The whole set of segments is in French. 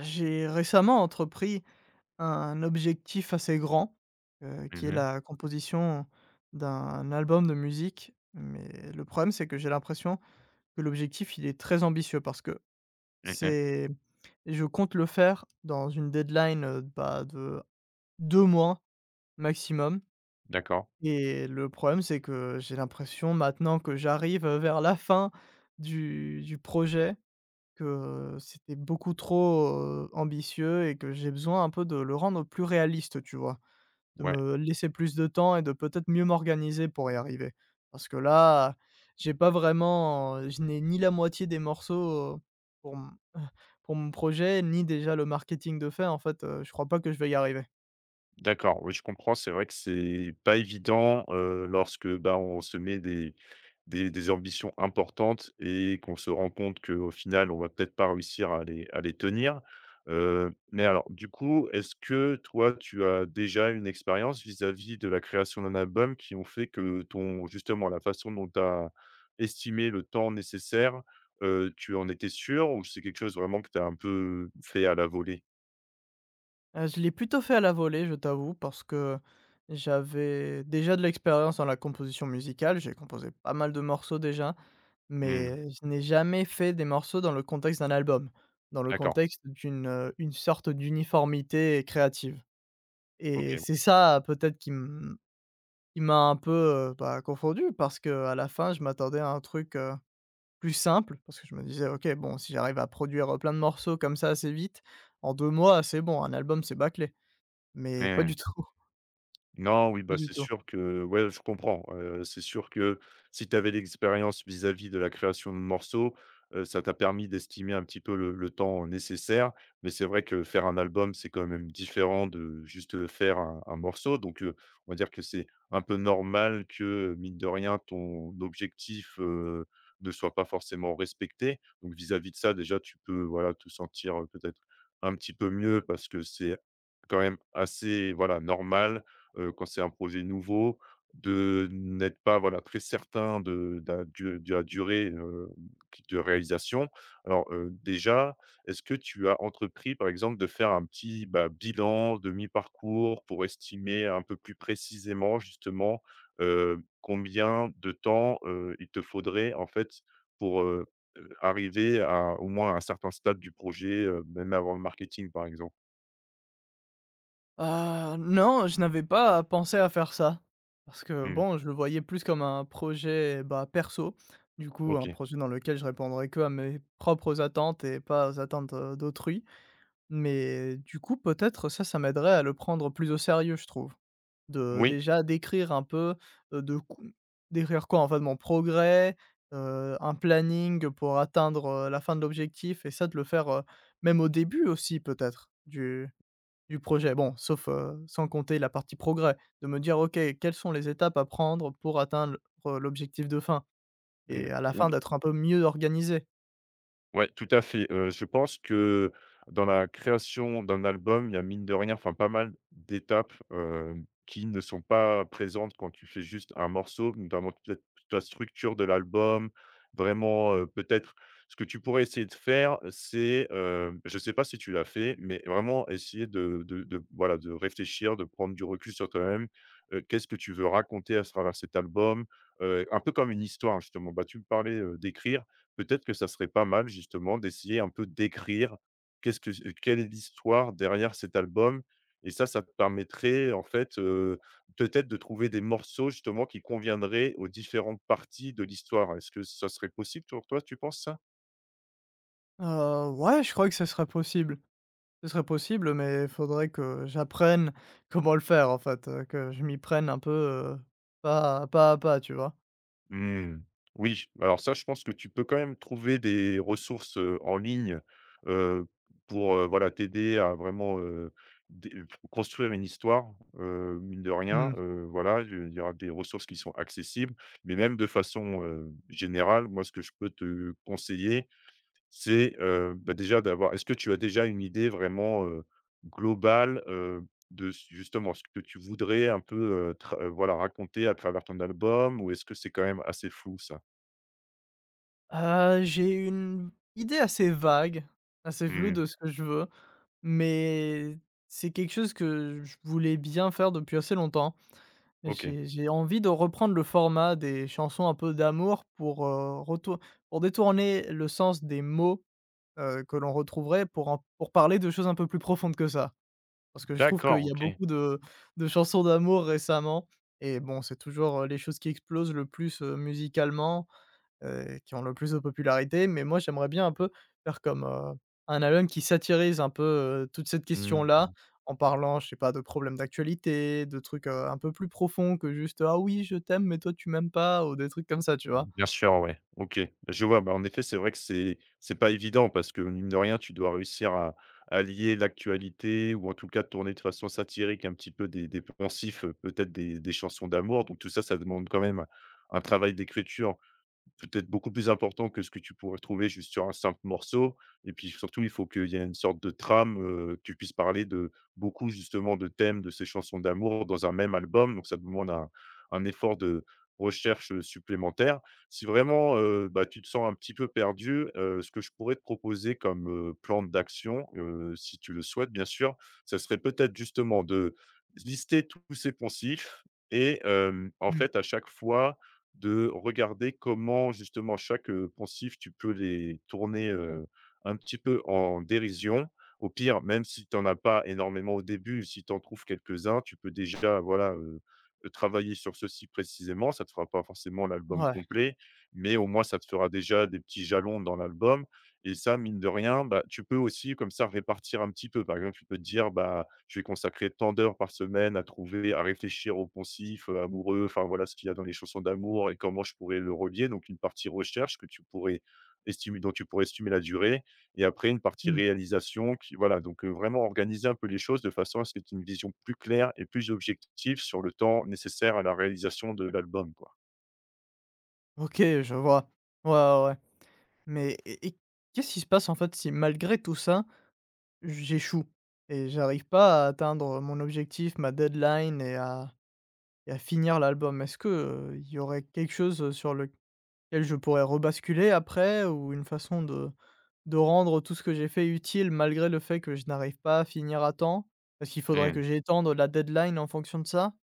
J'ai récemment entrepris un objectif assez grand, qui est Mmh mh. la composition d'un album de musique, mais le problème, c'est que j'ai l'impression que l'objectif, il est très ambitieux parce que Mmh. c'est je compte le faire dans une deadline, de 2 mois maximum, D'accord. et le problème, c'est que j'ai l'impression maintenant que j'arrive, vers la fin du projet, que, c'était beaucoup trop, ambitieux et que j'ai besoin un peu de le rendre plus réaliste, tu vois? De Ouais, me laisser plus de temps et de peut-être mieux m'organiser pour y arriver. Parce que là, j'ai pas vraiment, je n'ai ni la moitié des morceaux, pour m pour mon projet, ni déjà le marketing de fait. En fait, je crois pas que je vais y arriver. d'accord, oui, je comprends. C'est vrai que c'est pas évident, lorsque, bah, on se met des ambitions importantes et qu'on se rend compte qu'au final, on va peut-être pas réussir à les tenir. Mais alors, du coup, est-ce que toi, tu as déjà une expérience vis-à-vis de la création d'un album qui ont fait que ton justement, la façon dont tu as estimé le temps nécessaire, tu en étais sûr ou c'est quelque chose vraiment que tu as un peu fait à la volée? Je l'ai plutôt fait à la volée, je t'avoue, parce que j'avais déjà de l'expérience dans la composition musicale. J'ai composé pas mal de morceaux déjà. Mmh. Mais je n'ai jamais fait des morceaux dans le contexte d'un album, dans le D'accord, contexte d'une, une sorte d'uniformité créative, et OK, bon, c'est ça peut-être qui m'a un peu, confondu, parce que à la fin je m'attendais à un truc, plus simple, parce que je me disais: «OK, bon, si j'arrive à produire, plein de morceaux comme ça assez vite, en 2 mois, c'est bon, un album, c'est bâclé». Mais pas mais du tout, non, oui, pas bah, du c'est tout. sûr que ouais, je comprends. C'est sûr que si tu avais l'expérience vis-à-vis de la création de morceaux, ça t'a permis d'estimer un petit peu le temps nécessaire. Mais c'est vrai que faire un album, c'est quand même différent de juste, faire un morceau. Donc, on va dire que c'est un peu normal que, mine de rien, ton objectif, ne soit pas forcément respecté. Donc vis-à-vis de ça, déjà, tu peux, voilà, te sentir, peut-être un petit peu mieux parce que c'est quand même assez, voilà, normal quand c'est un projet nouveau, de n'être pas, voilà, très certain de da du de la durée, qui de réalisation. Alors, déjà, est-ce que tu as entrepris, par exemple, de faire un petit, bah, bilan de mi-parcours pour estimer un peu plus précisément, justement, combien de temps, il te faudrait, en fait, pour arriver à, au moins, à un certain stade du projet, même avant le marketing, par exemple? Non, je n'avais pas pensé à faire ça. Parce que Mmh, bon, je le voyais plus comme un projet, bah, perso. Du coup, un OK. projet dans lequel je répondrais que à mes propres attentes et pas aux attentes, d'autrui. Mais du coup, peut-être ça, ça m'aiderait à le prendre plus au sérieux, je trouve. De Oui. déjà d'écrire un peu, de qu d'écrire quoi, en fait, mon progrès, un planning pour atteindre, la fin de l'objectif, et ça de le faire, même au début aussi peut-être du projet. Bon, sauf, sans compter la partie progrès, de me dire: «OK, quelles sont les étapes à prendre pour atteindre l'objectif de fin?» et à la fin Mmh. d'être un peu mieux organisé. Ouais, tout à fait. Je pense que dans la création d'un album, il y a mine de rien, enfin pas mal d'étapes, qui ne sont pas présentes quand tu fais juste un morceau, notamment toute la structure de l'album, vraiment, peut-être ce que tu pourrais essayer de faire, c'est, je ne sais pas si tu l'as fait, mais vraiment essayer de voilà, de réfléchir, de prendre du recul sur toi-même. Qu'est-ce que tu veux raconter à travers cet album? Un peu comme une histoire justement. Bah, tu me parlais, d'écrire peut-être que ça serait pas mal justement d'essayer un peu d'écrire qu'est-ce que quelle est l'histoire derrière cet album et ça te permettrait en fait, peut-être de trouver des morceaux justement qui conviendraient aux différentes parties de l'histoire. Est-ce que ça serait possible pour toi, tu penses ça? Ouais, je crois que ce serait possible. Ce serait possible, mais il faudrait que j'apprenne comment le faire en fait, que je m'y prenne un peu, pas pas à pas, tu vois? Mmh. Oui, alors ça, je pense que tu peux quand même trouver des ressources, en ligne, heu, pour, voilà, t'aider à vraiment, dé construire une histoire, mine de rien, Mmh. Voilà, je il y aura des ressources qui sont accessibles, mais même de façon, générale, moi, ce que je peux te conseiller, c'est, bah, déjà d'avoir est-ce que tu as déjà une idée vraiment, globale, de s justement ce que tu voudrais un peu, tra voilà raconter à travers ton album ou est-ce que c'est quand même assez flou ça? J'ai une idée assez vague, assez floue Mmh. de ce que je veux, mais c'est quelque chose que je voulais bien faire depuis assez longtemps. Et OK. j'ai envie de reprendre le format des chansons un peu d'amour pour, retour pour détourner le sens des mots, que l'on retrouverait pour parler de choses un peu plus profondes que ça. Parce que je trouve qu'il D'accord, y a OK. beaucoup de chansons d'amour récemment, et bon, c'est toujours, les choses qui explosent le plus, musicalement, qui ont le plus de popularité. Mais moi, j'aimerais bien un peu faire comme, un album qui satirise un peu, toute cette Mmh. question-là, en parlant, je sais pas, de problèmes d'actualité, de trucs, un peu plus profonds que juste: «Ah oui, je t'aime, mais toi, tu m'aimes pas», ou des trucs comme ça, tu vois? Bien sûr, ouais. OK. Je vois, bah, en effet, c'est vrai que c'est pas évident parce que mine de rien, tu dois réussir à lier l'actualité ou en tout cas tourner de façon satirique un petit peu des poncifs, peut-être des chansons d'amour. Donc tout ça, ça demande quand même un travail d'écriture peut-être beaucoup plus important que ce que tu pourrais trouver juste sur un simple morceau et puis surtout, il faut qu'il y ait une sorte de trame, que tu puisses parler de beaucoup justement de thèmes de ces chansons d'amour dans un même album, donc ça demande un effort de recherche, supplémentaire. Si vraiment, bah, tu te sens un petit peu perdu, ce que je pourrais te proposer comme, plan d'action, si tu le souhaites bien sûr, ça serait peut-être justement de lister tous ces poncifs et en Mmh. fait, à chaque fois de regarder comment justement chaque, poncifs tu peux les tourner, un petit peu en dérision. Au pire, même si tu en as pas énormément au début, si tu en trouves quelques-uns, tu peux déjà voilà, travailler sur ceci précisément. Ça ne te fera pas forcément l'album Ouais, complet, mais au moins ça te fera déjà des petits jalons dans l'album et ça, mine de rien, bah, tu peux aussi comme ça répartir un petit peu. Par exemple, tu peux te dire: «Bah, je vais consacrer tant d'heures par semaine à trouver, à réfléchir au poncif, amoureux, enfin voilà ce qu'il y a dans les chansons d'amour et comment je pourrais le relier. Donc une partie recherche que tu pourrais estimer dont tu pourrais estimer la durée et après une partie mmh, réalisation qui voilà donc vraiment organiser un peu les choses de façon à ce que tu aies une vision plus claire et plus objective sur le temps nécessaire à la réalisation de l'album, quoi. OK, je vois. Ouais, ouais, ouais. Mais et qu'est-ce qui se passe, en fait, si malgré tout ça, j'échoue et j'arrive pas à atteindre mon objectif, ma deadline, et à finir l'album? Est-ce que, il y aurait quelque chose, sur le Quel je pourrais rebasculer après, ou une façon de rendre tout ce que j'ai fait utile malgré le fait que je n'arrive pas à finir à temps? Parce qu'il faudrait Mmh. que j'étende la deadline en fonction de ça?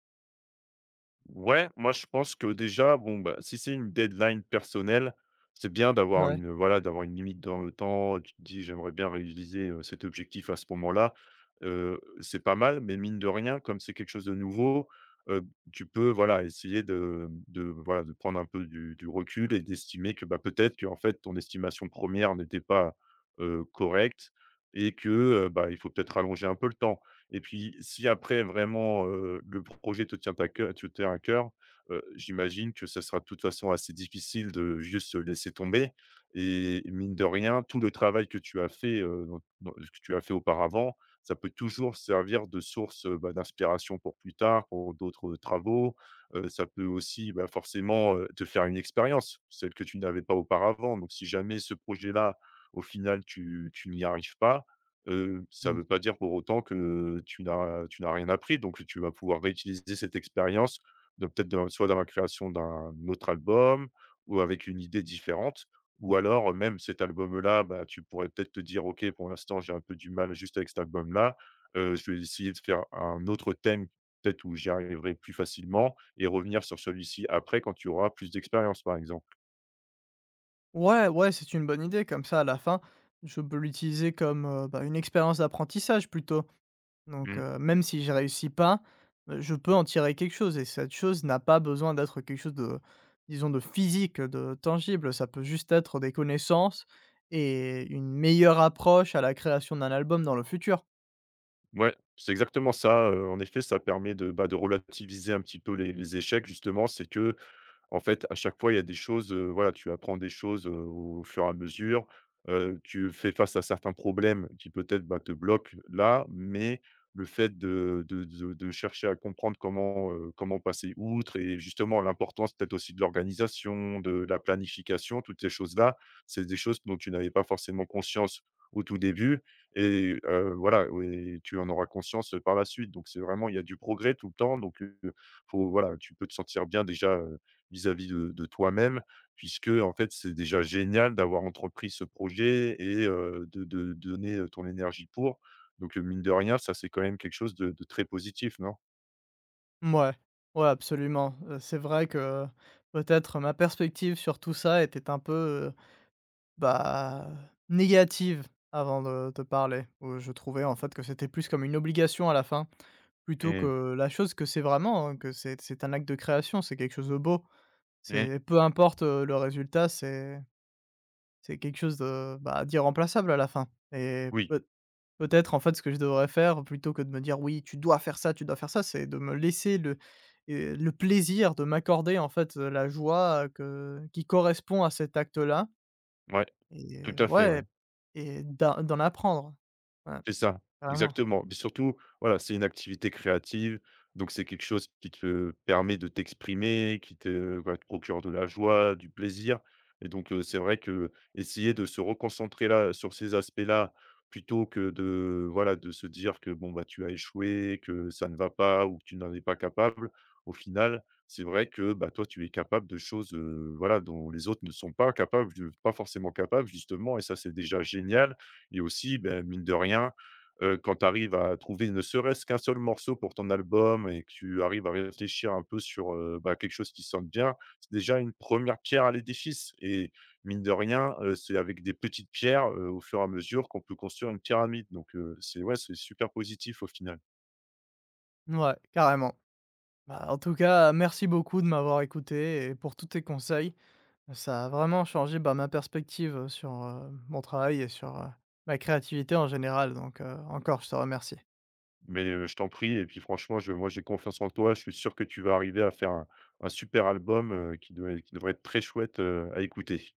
Ouais, moi je pense que déjà, bon, bah, si c'est une deadline personnelle, c'est bien d'avoir Ouais. une, voilà, d'avoir une limite dans le temps. Tu te dis, j'aimerais bien réaliser cet objectif à ce moment-là. C'est pas mal, mais mine de rien, comme c'est quelque chose de nouveau, euh, tu peux, voilà, essayer voilà, de prendre un peu du recul et d'estimer que, bah, peut-être que, en fait, ton estimation première n'était pas correcte et que, bah, il faut peut-être rallonger un peu le temps. Et puis, si après vraiment, le projet te tient à cœur, j'imagine que ça sera de toute façon assez difficile de juste se laisser tomber et mine de rien, tout le travail que tu as fait, dans dans que tu as fait auparavant, ça peut toujours servir de source, bah, d'inspiration pour plus tard, pour d'autres, travaux. Ça peut aussi, bah, forcément, te faire une expérience, celle que tu n'avais pas auparavant. Donc si jamais ce projet-là, au final, tu n'y arrives pas, ça ne Mmh. veut pas dire pour autant que tu n'as rien appris, donc tu vas pouvoir réutiliser cette expérience de peut-être dans la création d'un autre album ou avec une idée différente ou alors, même cet album-là, bah, tu pourrais peut-être te dire: «OK, pour l'instant, j'ai un peu du mal juste avec cet album-là, je vais essayer de faire un autre thème peut-être où j'y arriverai plus facilement et revenir sur celui-ci après quand tu auras plus d'expérience», par exemple. Ouais, ouais, c'est une bonne idée, comme ça à la fin, je peux l'utiliser comme, une expérience d'apprentissage plutôt. Donc Mmh. Même si j'y réussis pas, je peux en tirer quelque chose, et cette chose n'a pas besoin d'être quelque chose de, disons de physique, de tangible. Ça peut juste être des connaissances et une meilleure approche à la création d'un album dans le futur. Ouais, c'est exactement ça, en effet, ça permet de, bah, de relativiser un petit peu les échecs justement. C'est que, en fait, à chaque fois, il y a des choses, voilà, tu apprends des choses, au fur et à mesure. Tu fais face à certains problèmes qui peut-être, bah, te bloquent là, mais le fait de chercher à comprendre comment, comment passer outre et justement l'importance peut-être aussi de l'organisation, de la planification, toutes ces choses-là, c'est des choses dont tu n'avais pas forcément conscience au tout début et voilà, oui, tu en auras conscience, par la suite. Donc c'est vraiment il y a du progrès tout le temps, donc faut voilà, tu peux te sentir bien déjà, vis-à-vis de toi-même, puisque, en fait, c'est déjà génial d'avoir entrepris ce projet et de donner, ton énergie pour. Donc, mine de rien, ça, c'est quand même quelque chose de très positif, non? Ouais, ouais, absolument. C'est vrai que peut-être ma perspective sur tout ça était un peu, bah, négative avant de te parler, où je trouvais en fait que c'était plus comme une obligation à la fin. Plutôt Mmh. que la chose que c'est vraiment, hein, que c'est un acte de création, c'est quelque chose de beau. Mmh. C'est peu importe, le résultat, c'est quelque chose de, bah, d'irremplaçable à la fin, et Oui, peut-être, en fait, ce que je devrais faire plutôt que de me dire: «Oui, tu dois faire ça, tu dois faire ça», c'est de me laisser le plaisir de m'accorder, en fait, la joie, que qui correspond à cet acte-là, ouais, tout et à fait, ouais, ouais. et d'en apprendre. Ouais, C'est ça, carrément. exactement. Mais surtout, voilà, c'est une activité créative, donc c'est quelque chose qui te permet de t'exprimer, qui te, voilà, te procure de la joie, du plaisir. Et donc, c'est vrai que essayer de se reconcentrer là, sur ces aspects-là, plutôt que de, voilà, de se dire que, bon, bah, tu as échoué, que ça ne va pas ou que tu n'en es pas capable. Au final, c'est vrai que, bah, toi, tu es capable de choses, voilà, dont les autres ne sont pas capables, pas forcément capables, justement et ça, c'est déjà génial et aussi, beh, mine de rien quand tu arrives à trouver ne serait-ce qu'un seul morceau pour ton album et que tu arrives à réfléchir un peu sur, bah, quelque chose qui sonne bien, c'est déjà une première pierre à l'édifice et mine de rien, c'est avec des petites pierres, au fur et à mesure qu'on peut construire une pyramide donc c'est ouais, c'est super positif au final. Ouais, carrément. Bah, en tout cas, merci beaucoup de m'avoir écouté et pour tous tes conseils. Ça a vraiment changé, bah, ma perspective, sur, mon travail et sur, ma créativité en général, donc, encore je te remercie. Mais je t'en prie et puis franchement, je moi j'ai confiance en toi, je suis sûr que tu vas arriver à faire un super album, qui doit qui devrait être très chouette, à écouter.